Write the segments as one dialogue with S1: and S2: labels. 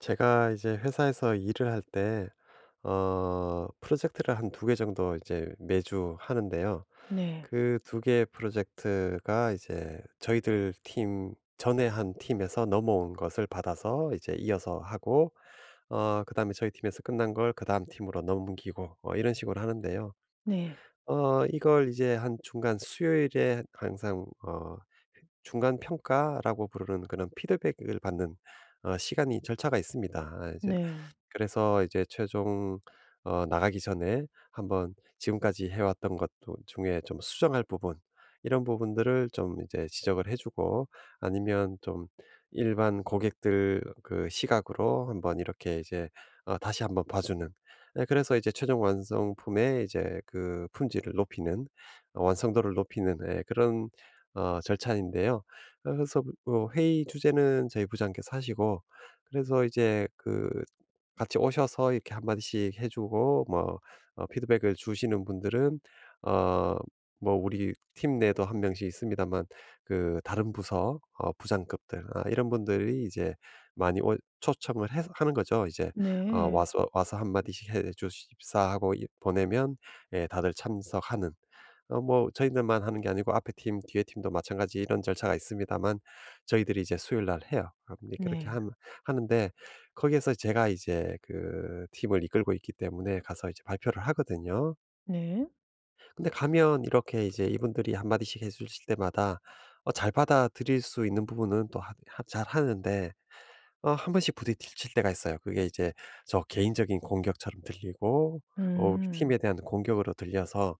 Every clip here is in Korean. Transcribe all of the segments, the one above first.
S1: 제가 이제 회사에서 일을 할 때 프로젝트를 한 두 개 정도 이제 매주 하는데요.
S2: 네.
S1: 그 두 개의 프로젝트가 이제 저희들 팀 전에 한 팀에서 넘어온 것을 받아서 이제 이어서 하고 그다음에 저희 팀에서 끝난 걸 그다음 팀으로 넘기고 이런 식으로 하는데요.
S2: 네.
S1: 이걸 이제 한 중간 수요일에 항상 중간 평가라고 부르는 그런 피드백을 받는 시간이 절차가 있습니다. 아 이제
S2: 네.
S1: 그래서 이제 최종 나가기 전에 한번 지금까지 해 왔던 것 중에 좀 수정할 부분, 이런 부분들을 좀 이제 지적을 해 주고, 아니면 좀 일반 고객들 그 시각으로 한번 이렇게 이제 다시 한번 봐 주는, 예, 그래서 이제 최종 완성품의 이제 그 품질을 높이는, 완성도를 높이는, 예, 그런 절차인데요. 그래서 뭐 회의 주제는 저희 부장께서 하시고, 그래서 이제 그 같이 오셔서 이렇게 한 마디씩 해 주고, 뭐 피드백을 주시는 분들은, 어 뭐 우리 팀 내도 한 명씩 있습니다만 그 다른 부서 부장급들, 아 이런 분들이 이제 많이 초청을 해 하는 거죠, 이제.
S2: 네.
S1: "와서 와서 한 마디씩 해 주십사." 하고 이 보내면, 예, 다들 참석하는. 뭐 저희들만 하는 게 아니고 앞에 팀, 뒤에 팀도 마찬가지 이런 절차가 있습니다만, 저희들이 이제 수요일 날 해요. 아근 그렇게
S2: 네.
S1: 함 하는데 거기에서 제가 이제 그 팀을 이끌고 있기 때문에 가서 이제 발표를 하거든요.
S2: 네.
S1: 근데 가면 이렇게 이제 이분들이 한마디씩 해 주실 때마다 잘 받아들일 수 있는 부분은 또 하 잘하는데, 한 번씩 부딪힐 때가 있어요. 그게 이제 저 개인적인 공격처럼 들리고 우리
S2: 음.
S1: 팀에 대한 공격으로 들려서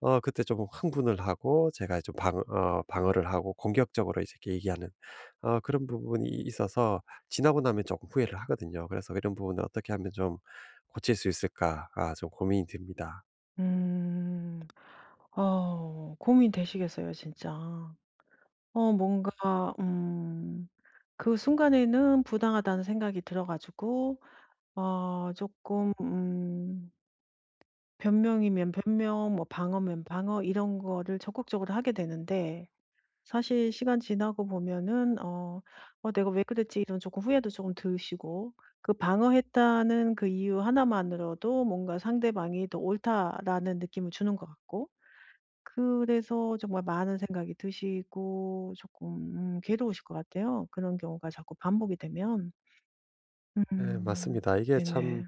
S1: 그때 좀 흥분을 하고 제가 좀 방 어 방어를 하고 공격적으로 이제 이렇게 얘기하는 그런 부분이 있어서 지나고 나면 조금 후회를 하거든요. 그래서 이런 부분을 어떻게 하면 좀 고칠 수 있을까, 아 좀 고민이 됩니다.
S2: 음. 고민되시겠어요, 진짜. 뭔가, 음, 그 순간에는 부당하다는 생각이 들어 가지고 조금, 음, 변명이면 변명, 뭐 방어면 방어 이런 거를 적극적으로 하게 되는데, 사실 시간 지나고 보면은 '어 내가 왜 그랬지.' 이런 조금 후회도 조금 드시고, 그 방어했다는 그 이유 하나만으로도 뭔가 상대방이 더 옳다라는 느낌을 주는 것 같고, 그래서 정말 많은 생각이 드시고 조금, 음, 괴로우실 것 같아요, 그런 경우가 자꾸 반복이 되면.
S1: 네,
S2: 음.
S1: 맞습니다. 이게 참
S2: 네네.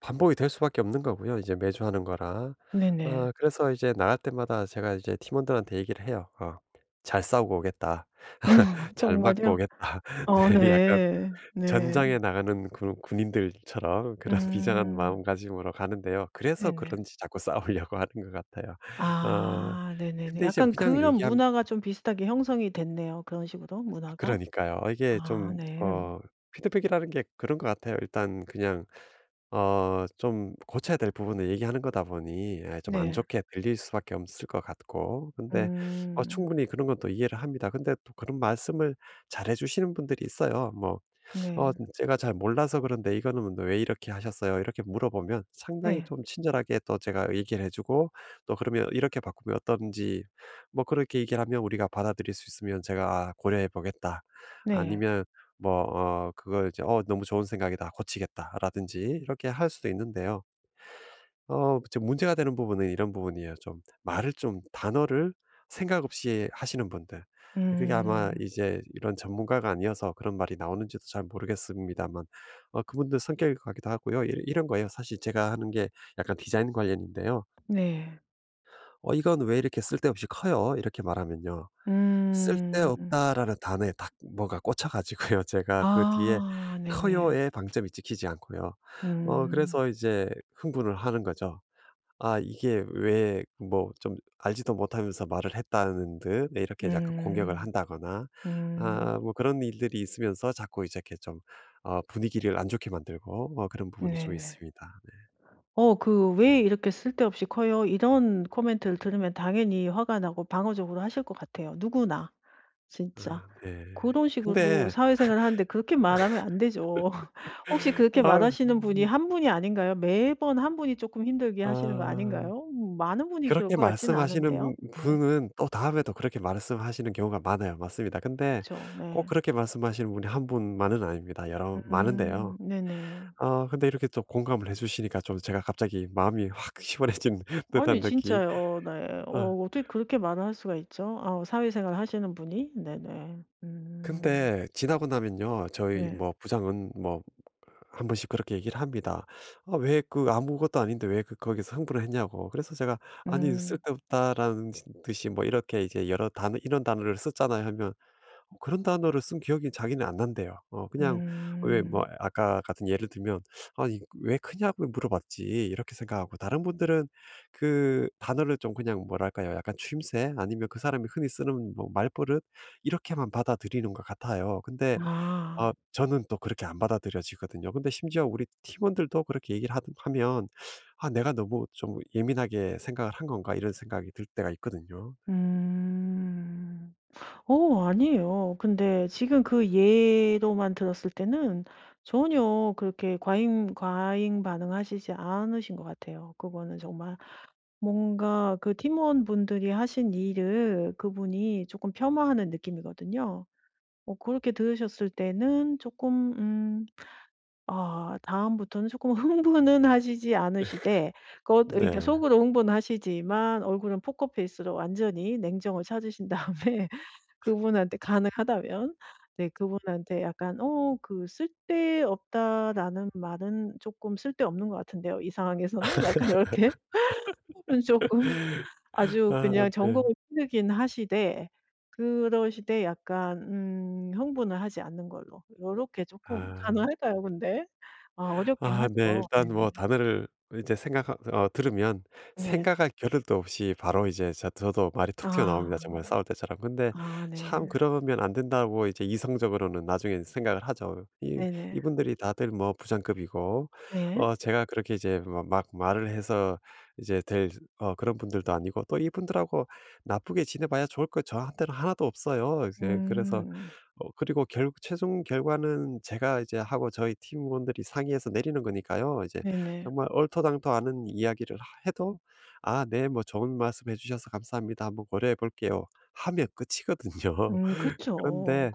S1: 반복이 될 수밖에 없는 거고요, 이제 매주 하는 거라.
S2: 네네.
S1: 아 그래서 이제 나갈 때마다 제가 이제 팀원들한테 얘기를 해요. "잘 싸우고 오겠다. 잘 맞고
S2: 정말요?
S1: 오겠다."
S2: 어,
S1: 네, 약간
S2: 네. 네.
S1: 전장에 나가는 군 군인들처럼 그런 비장한
S2: 음.
S1: 마음가짐으로 가는데요. 그래서
S2: 네네.
S1: 그런지 자꾸 싸우려고 하는 것 같아요. 어
S2: 아, 네네네.
S1: 근데 이제
S2: 약간
S1: 그냥
S2: 그런
S1: 얘기함
S2: 문화가 좀 비슷하게 형성이 됐네요. 그런 식으로
S1: 아
S2: 문화가.
S1: 그러니까요. 이게
S2: 아
S1: 좀
S2: 네.
S1: 피드백이라는 게 그런 것 같아요. 일단 그냥 좀 고쳐야 될 부분을 얘기하는 거다 보니, 예, 좀 안
S2: 네.
S1: 좋게 들릴 수밖에 없을 것 같고, 근데
S2: 음.
S1: 충분히 그런 건 또 이해를 합니다. 근데 또 그런 말씀을 잘해 주시는 분들이 있어요. 뭐
S2: 네.
S1: 제가 잘 몰라서 그런데 이거는 뭐 왜 이렇게 하셨어요? 이렇게 물어보면 상당히
S2: 네.
S1: 좀 친절하게 또 제가 얘기를 해 주고, 또 그러면 이렇게 바꾸면 어떤지 뭐 그렇게 얘기를 하면, 우리가 받아들일 수 있으면 제가 '아 고려해 보겠다.'
S2: 네.
S1: 아니면 뭐 그걸 이제 '어 너무 좋은 생각이다. 고치겠다.'라든지 이렇게 할 수도 있는데요. 지금 문제가 되는 부분은 이런 부분이에요. 좀 말을, 좀 단어를 생각 없이 하시는 분들. 그게 아마
S2: 음.
S1: 이제 이런 전문가가 아니어서 그런 말이 나오는지도 잘 모르겠습니다만, 그분들 성격이 가기도 하고요. 이 이런 거예요. 사실 제가 하는 게 약간 디자인 관련인데요.
S2: 네.
S1: "어 이건 왜 이렇게 쓸데없이 커요?" 이렇게 말하면요,
S2: 음.
S1: "쓸데없다."라는 단어에 딱 뭐가 꽂혀 가지고요. 제가 그 뒤에
S2: 아 네네.
S1: "커요."의 방점이 찍히지 않고요,
S2: 음.
S1: 그래서 이제 흥분을 하는 거죠. 아 이게 왜 뭐 좀 알지도 못하면서 말을 했다는 듯, 네, 이렇게 약간 공격을
S2: 음.
S1: 한다거나, 아
S2: 음.
S1: 뭐 그런 일들이 있으면서 자꾸 이제 이렇게 좀 분위기를 안 좋게 만들고, 그런 부분이 좀
S2: 네네.
S1: 있습니다. 네.
S2: 그 "왜 이렇게 쓸데없이 커요?" 이런 코멘트를 들으면 당연히 화가 나고 방어적으로 하실 것 같아요, 누구나 진짜.
S1: 아 네.
S2: 고런 식으로
S1: 근데
S2: 사회생활을 하는데 그렇게 말하면 안 되죠. 혹시 그렇게
S1: 아
S2: 말하시는 분이 한 분이 아닌가요? 매번 한 분이 조금 힘들게 하시는 거
S1: 아
S2: 아닌가요? 음, 많은 분이 그럴
S1: 그렇게
S2: 것 같지는 않은데요.
S1: 말씀하시는
S2: 네.
S1: 분은 또 다음에도 그렇게 말씀하시는 경우가 많아요. 맞습니다. 근데
S2: 그쵸.
S1: 꼭
S2: 네.
S1: 그렇게 말씀하시는 분이 한 분만은 아닙니다. 여러 많은데요.
S2: 네네.
S1: 아 근데 이렇게 또 공감을 해 주시니까 좀 제가 갑자기 마음이 확 시원해진 듯한
S2: 아니
S1: 느낌.
S2: 진짜요. 네.
S1: 아
S2: 어, 어떻게 그렇게 말을 할 수가 있죠? 아, 사회생활 하시는 분이. 네네. 음.
S1: 근데 지나고 나면요, 저희
S2: 네.
S1: 뭐 부장은 뭐 한 번씩 그렇게 얘기를 합니다. "아 왜 그 아무것도 아닌데 왜 그 거기서 흥분을 했냐."고. 그래서 제가 "아니
S2: 음.
S1: 쓸데없다."라는 듯이 뭐 이렇게 이제 여러 단어 이런 단어를 썼잖아요 하면, 뭐 그런 단어를 쓴 기억이 자기는 안 난대요. 그냥 왜 뭐
S2: 음.
S1: 아까 같은 예를 들면 '아니 왜 크냐고 물어봤지.' 이렇게 생각하고, 다른 분들은 그 단어를 좀 그냥 뭐랄까요? 약간 추임새, 아니면 그 사람이 흔히 쓰는 뭐 말버릇, 이렇게만 받아들이는 것 같아요. 근데
S2: 아.
S1: 아 저는 또 그렇게 안 받아들여지거든요. 근데 심지어 우리 팀원들도 그렇게 얘기를 하 하면 '아 내가 너무 좀 예민하게 생각을 한 건가?' 이런 생각이 들 때가 있거든요.
S2: 음. 아니에요. 근데 지금 그 예로만 들었을 때는 전혀 그렇게 과잉 반응하시지 않으신 것 같아요. 그거는 정말 뭔가 그 팀원분들이 하신 일을 그분이 조금 폄하하는 느낌이거든요. 그렇게 들으셨을 때는 조금, 음, 아, 다음부터는 조금 흥분은 하시지 않으시되 그것, 그러니까
S1: 네.
S2: 속으로 흥분하시지만 얼굴은 포커페이스로 완전히 냉정을 찾으신 다음에 그분한테 가능하다면, 네, 그분한테 약간 "어 그 쓸데없다라는 말은 조금 쓸데없는 것 같은데요. 이 상황에서는." 약간 이렇게 조금 아주
S1: 아
S2: 그냥
S1: 네.
S2: 전공을 찌르긴 하시되, 그러시되 약간, 음, 흥분을 하지 않는 걸로 이렇게 조금
S1: 아.
S2: 가능할까요 근데? 아, 어렵긴
S1: 아 네.
S2: 하죠.
S1: 일단 뭐
S2: 네네.
S1: 단어를 이제 생각 들으면
S2: 네.
S1: 생각할 겨를도 없이 바로 이제 저도 말이 툭 튀어나옵니다,
S2: 아.
S1: 정말 싸울 때처럼. 근데
S2: 아 네.
S1: 참 그러면 안 된다고 이제 이성적으로는 나중에 생각을 하죠. 이
S2: 네네.
S1: 이분들이 다들 뭐 부장급이고
S2: 네.
S1: 제가 그렇게 이제 막 말을 해서 이제 될 그런 분들도 아니고, 또 이분들하고 나쁘게 지내봐야 좋을 거 저한테는 하나도 없어요, 이제. 그래서
S2: 음.
S1: 그리고 결 최종 결과는 제가 이제 하고 저희 팀원들이 상의해서 내리는 거니까요, 이제.
S2: 네네.
S1: 정말 얼토당토않은 이야기를 하 해도 "아 네. 뭐 좋은 말씀 해 주셔서 감사합니다. 한번 고려해 볼게요." 하면 끝이거든요.
S2: 그쵸.
S1: 그런데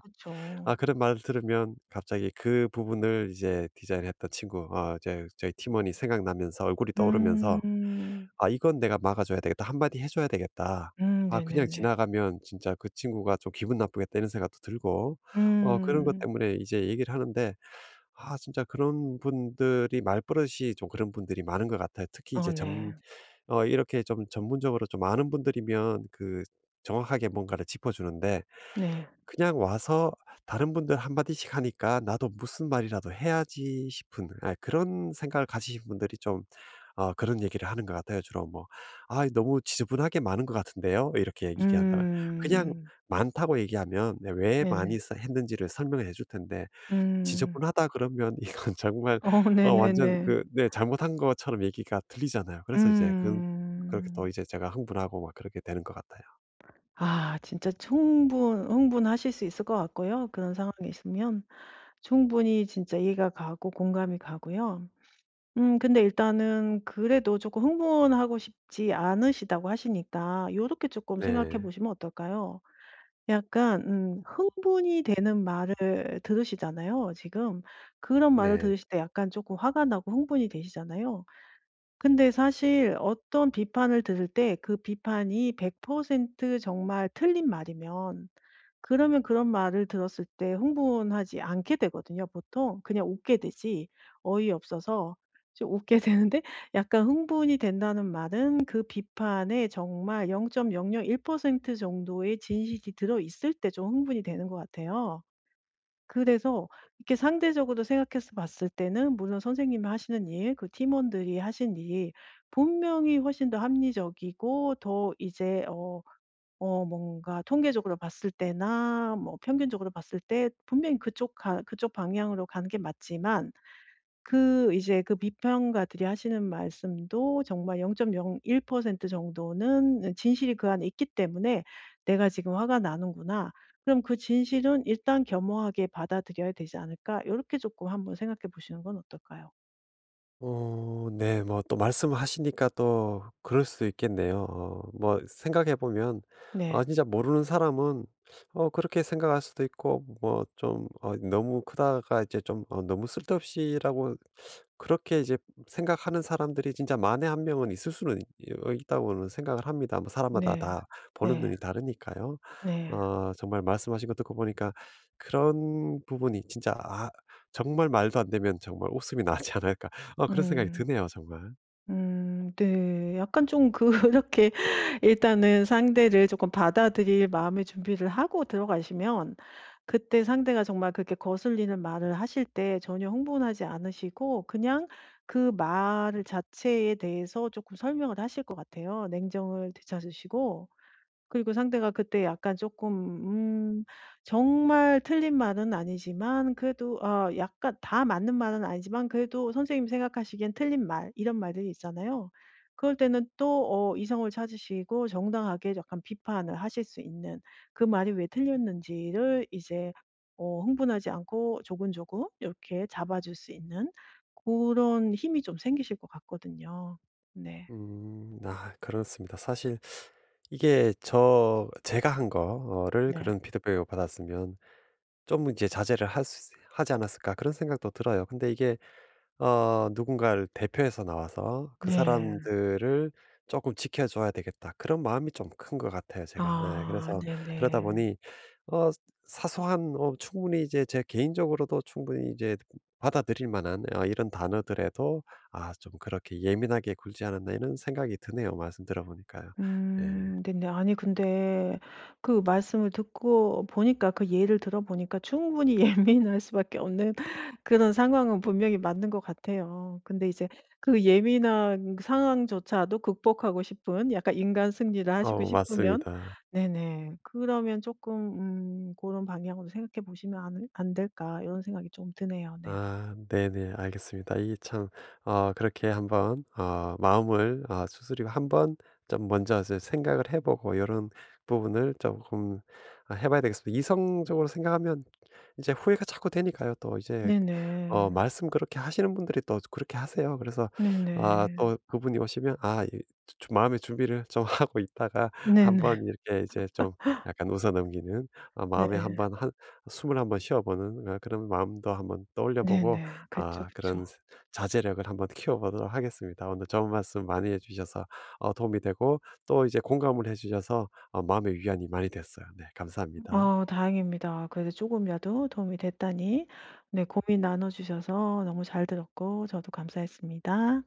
S1: 아 그런 말을 들으면 갑자기 그 부분을 이제 디자인했던 친구, 이제 저희 팀원이 생각나면서 얼굴이 떠오르면서
S2: 음.
S1: '아 이건 내가 막아줘야 되겠다. 한마디 해줘야 되겠다.' 아 그냥
S2: 네네네.
S1: 지나가면 진짜 그 친구가 좀 기분 나쁘겠다 이런 생각도 들고, 그런 것
S2: 음.
S1: 때문에 이제 얘기를 하는데, 아 진짜 그런 분들이 말버릇이 좀 그런 분들이 많은 것 같아요. 특히
S2: 어
S1: 이제
S2: 네.
S1: 점 어 이렇게 좀 전문적으로 좀 아는 분들이면 그 정확하게 뭔가를 짚어주는데,
S2: 네.
S1: 그냥 와서 다른 분들 한마디씩 하니까 '나도 무슨 말이라도 해야지.' 싶은, 아, 그런 생각을 가지신 분들이 좀 그런 얘기를 하는 것 같아요. 주로 뭐 "아 너무 지저분하게 많은 것 같은데요?" 이렇게 얘기한다면, 그냥
S2: 음.
S1: 많다고 얘기하면 네 왜 많이
S2: 네네.
S1: 써 했는지를 설명해 줄 텐데,
S2: 음.
S1: 지저분하다 그러면 이건 정말
S2: 어
S1: 완전
S2: 네네네.
S1: 그네 잘못한 것처럼 얘기가 들리잖아요. 그래서 이제 그 그렇게 더
S2: 음.
S1: 이제 제가 흥분하고 막 그렇게 되는 것 같아요.
S2: 아 진짜 충분 흥분하실 수 있을 것 같고요. 그런 상황이 있으면 충분히 진짜 이해가 가고 공감이 가고요. 음, 근데 일단은 그래도 쪼끔 흥분하고 싶지 않으시다고 하시니까 요렇게 쪼끔 생각해
S1: 네.
S2: 보시면 어떨까요? 약간, 음, 흥분이 되는 말을 들으시잖아요 지금. 그런 말을
S1: 네.
S2: 들으실 때 약간 조금 화가 나고 흥분이 되시잖아요. 근데 사실 어떤 비판을 들을 때 그 비판이 100% 정말 틀린 말이면 그러면 그런 말을 들었을 때 흥분하지 않게 되거든요 보통. 그냥 웃게 되지, 어이없어서 좀 웃게 되는데 약간 흥분이 된다는 말은 그 비판에 정말 0.001% 정도의 진실이 들어 있을 때 좀 흥분이 되는 것 같아요. 그래서 이렇게 상대적으로 생각해서 봤을 때는 물론 선생님이 하시는 일, 그 팀원들이 하신 일 분명히 훨씬 더 합리적이고 더 이제, 어, 어, 뭔가 통계적으로 봤을 때나 뭐 평균적으로 봤을 때 분명히 그쪽 방향으로 가는 게 맞지만, 그 이제 그 비평가들이 하시는 말씀도 정말 0.01% 정도는 진실이 그 안에 있기 때문에 '내가 지금 화가 나는구나. 그럼 그 진실은 일단 겸허하게 받아들여야 되지 않을까?' 이렇게 조금 한번 생각해 보시는 건 어떨까요?
S1: 네. 뭐 또 말씀하시니까 또 그럴 수 있겠네요. 뭐 생각해 보면
S2: 네.
S1: 아 진짜 모르는 사람은 그렇게 생각할 수도 있고 뭐 좀 너무 크다가 이제 좀 너무 쓸데없이라고 그렇게 이제 생각하는 사람들이 진짜 만에 한 명은 있을 수는 있 어 있다고는 생각을 합니다. 뭐 사람마다
S2: 네.
S1: 다 보는
S2: 네.
S1: 눈이 다르니까요.
S2: 네.
S1: 정말 말씀하신 거 듣고 보니까 그런 부분이 진짜, 아, 정말 말도 안 되면 정말 웃음이 나지 않을까, 아, 그런 생각이
S2: 음.
S1: 드네요, 정말.
S2: 네. 약간 좀 그렇게 일단은 상대를 조금 받아들일 마음의 준비를 하고 들어가시면 그때 상대가 정말 그렇게 거슬리는 말을 하실 때 전혀 흥분하지 않으시고 그냥 그 말 자체에 대해서 조금 설명을 하실 것 같아요. 냉정을 되찾으시고 그리고 상대가 그때 약간 조금, 음, 정말 틀린 말은 아니지만 그래도 어, 약간 다 맞는 말은 아니지만 그래도 선생님이 생각하시기엔 틀린 말 이런 말들이 있잖아요. 그럴 때는 또 이성을 찾으시고 정당하게 약간 비판을 하실 수 있는 그 말이 왜 틀렸는지를 이제, 흥분하지 않고 조근조근 이렇게 잡아 줄 수 있는 그런 힘이 좀 생기실 것 같거든요. 네.
S1: 음. 아 그렇습니다. 사실 이게 제가 한 거를
S2: 네.
S1: 그런 피드백을 받았으면 좀 이제 '자제를 할 수 하지 않았을까.' 그런 생각도 들어요. 근데 이게 누군가를 대표해서 나와서 그
S2: 네.
S1: 사람들을 조금 지켜줘야 되겠다, 그런 마음이 좀 큰 것 같아요, 제가. 예,
S2: 아
S1: 그래서 그러다
S2: 네네.
S1: 보니 어 사소한, 충분히 이제 제 개인적으로도 충분히 이제 받아들일 만한 이런 단어들에도 '아 좀 그렇게 예민하게 굴지 않았나.' 이런 생각이 드네요, 말씀 들어 보니까요. 네.
S2: 네네. 아니 근데 그 말씀을 듣고 보니까 그 예를 들어 보니까 충분히 예민할 수밖에 없는 그런 상황은 분명히 맞는 것 같아요. 근데 이제 그 예민한 상황조차도 극복하고 싶은 약간 인간 승리를 하시고 싶으면
S1: 맞습니다.
S2: 네네. 그러면 조금 런 방향으로 생각해 보시면 안 될까?' 이런 생각이 좀 드네요. 네네.
S1: 아 네네. 알겠습니다. 이 참 그렇게 한번, 마음을 수 추스리고 한번 좀 먼저 이제 생각을 해 보고 이런 부분을 조금 아 해 봐야 되겠습니다. 이성적으로 생각하면 이제 후회가 자꾸 되니까요. 또 이제
S2: 네네.
S1: 말씀 그렇게 하시는 분들이 또 그렇게 하세요. 그래서 아
S2: 네네.
S1: 또 그분이 오시면 아 이 마음의 준비를 좀 하고 있다가
S2: 네네.
S1: 한번 이렇게 이제 좀 약간 웃어 넘기는 마음에,
S2: 네.
S1: 한번 한 숨을 한번 쉬어보는, 아, 그런 마음도 한번 떠올려보고,
S2: 네네. 그쵸,
S1: 아, 그런
S2: 그쵸.
S1: 자제력을 한번 키워보도록 하겠습니다. 오늘 좋은 말씀 많이 해주셔서 도움이 되고 또 이제 공감을 해주셔서 마음의 위안이 많이 됐어요. 네, 감사합니다.
S2: 아 다행입니다. 그래도 조금이라도 도움이 됐다니. 네 고민 나눠 주셔서 너무 잘 들었고 저도 감사했습니다.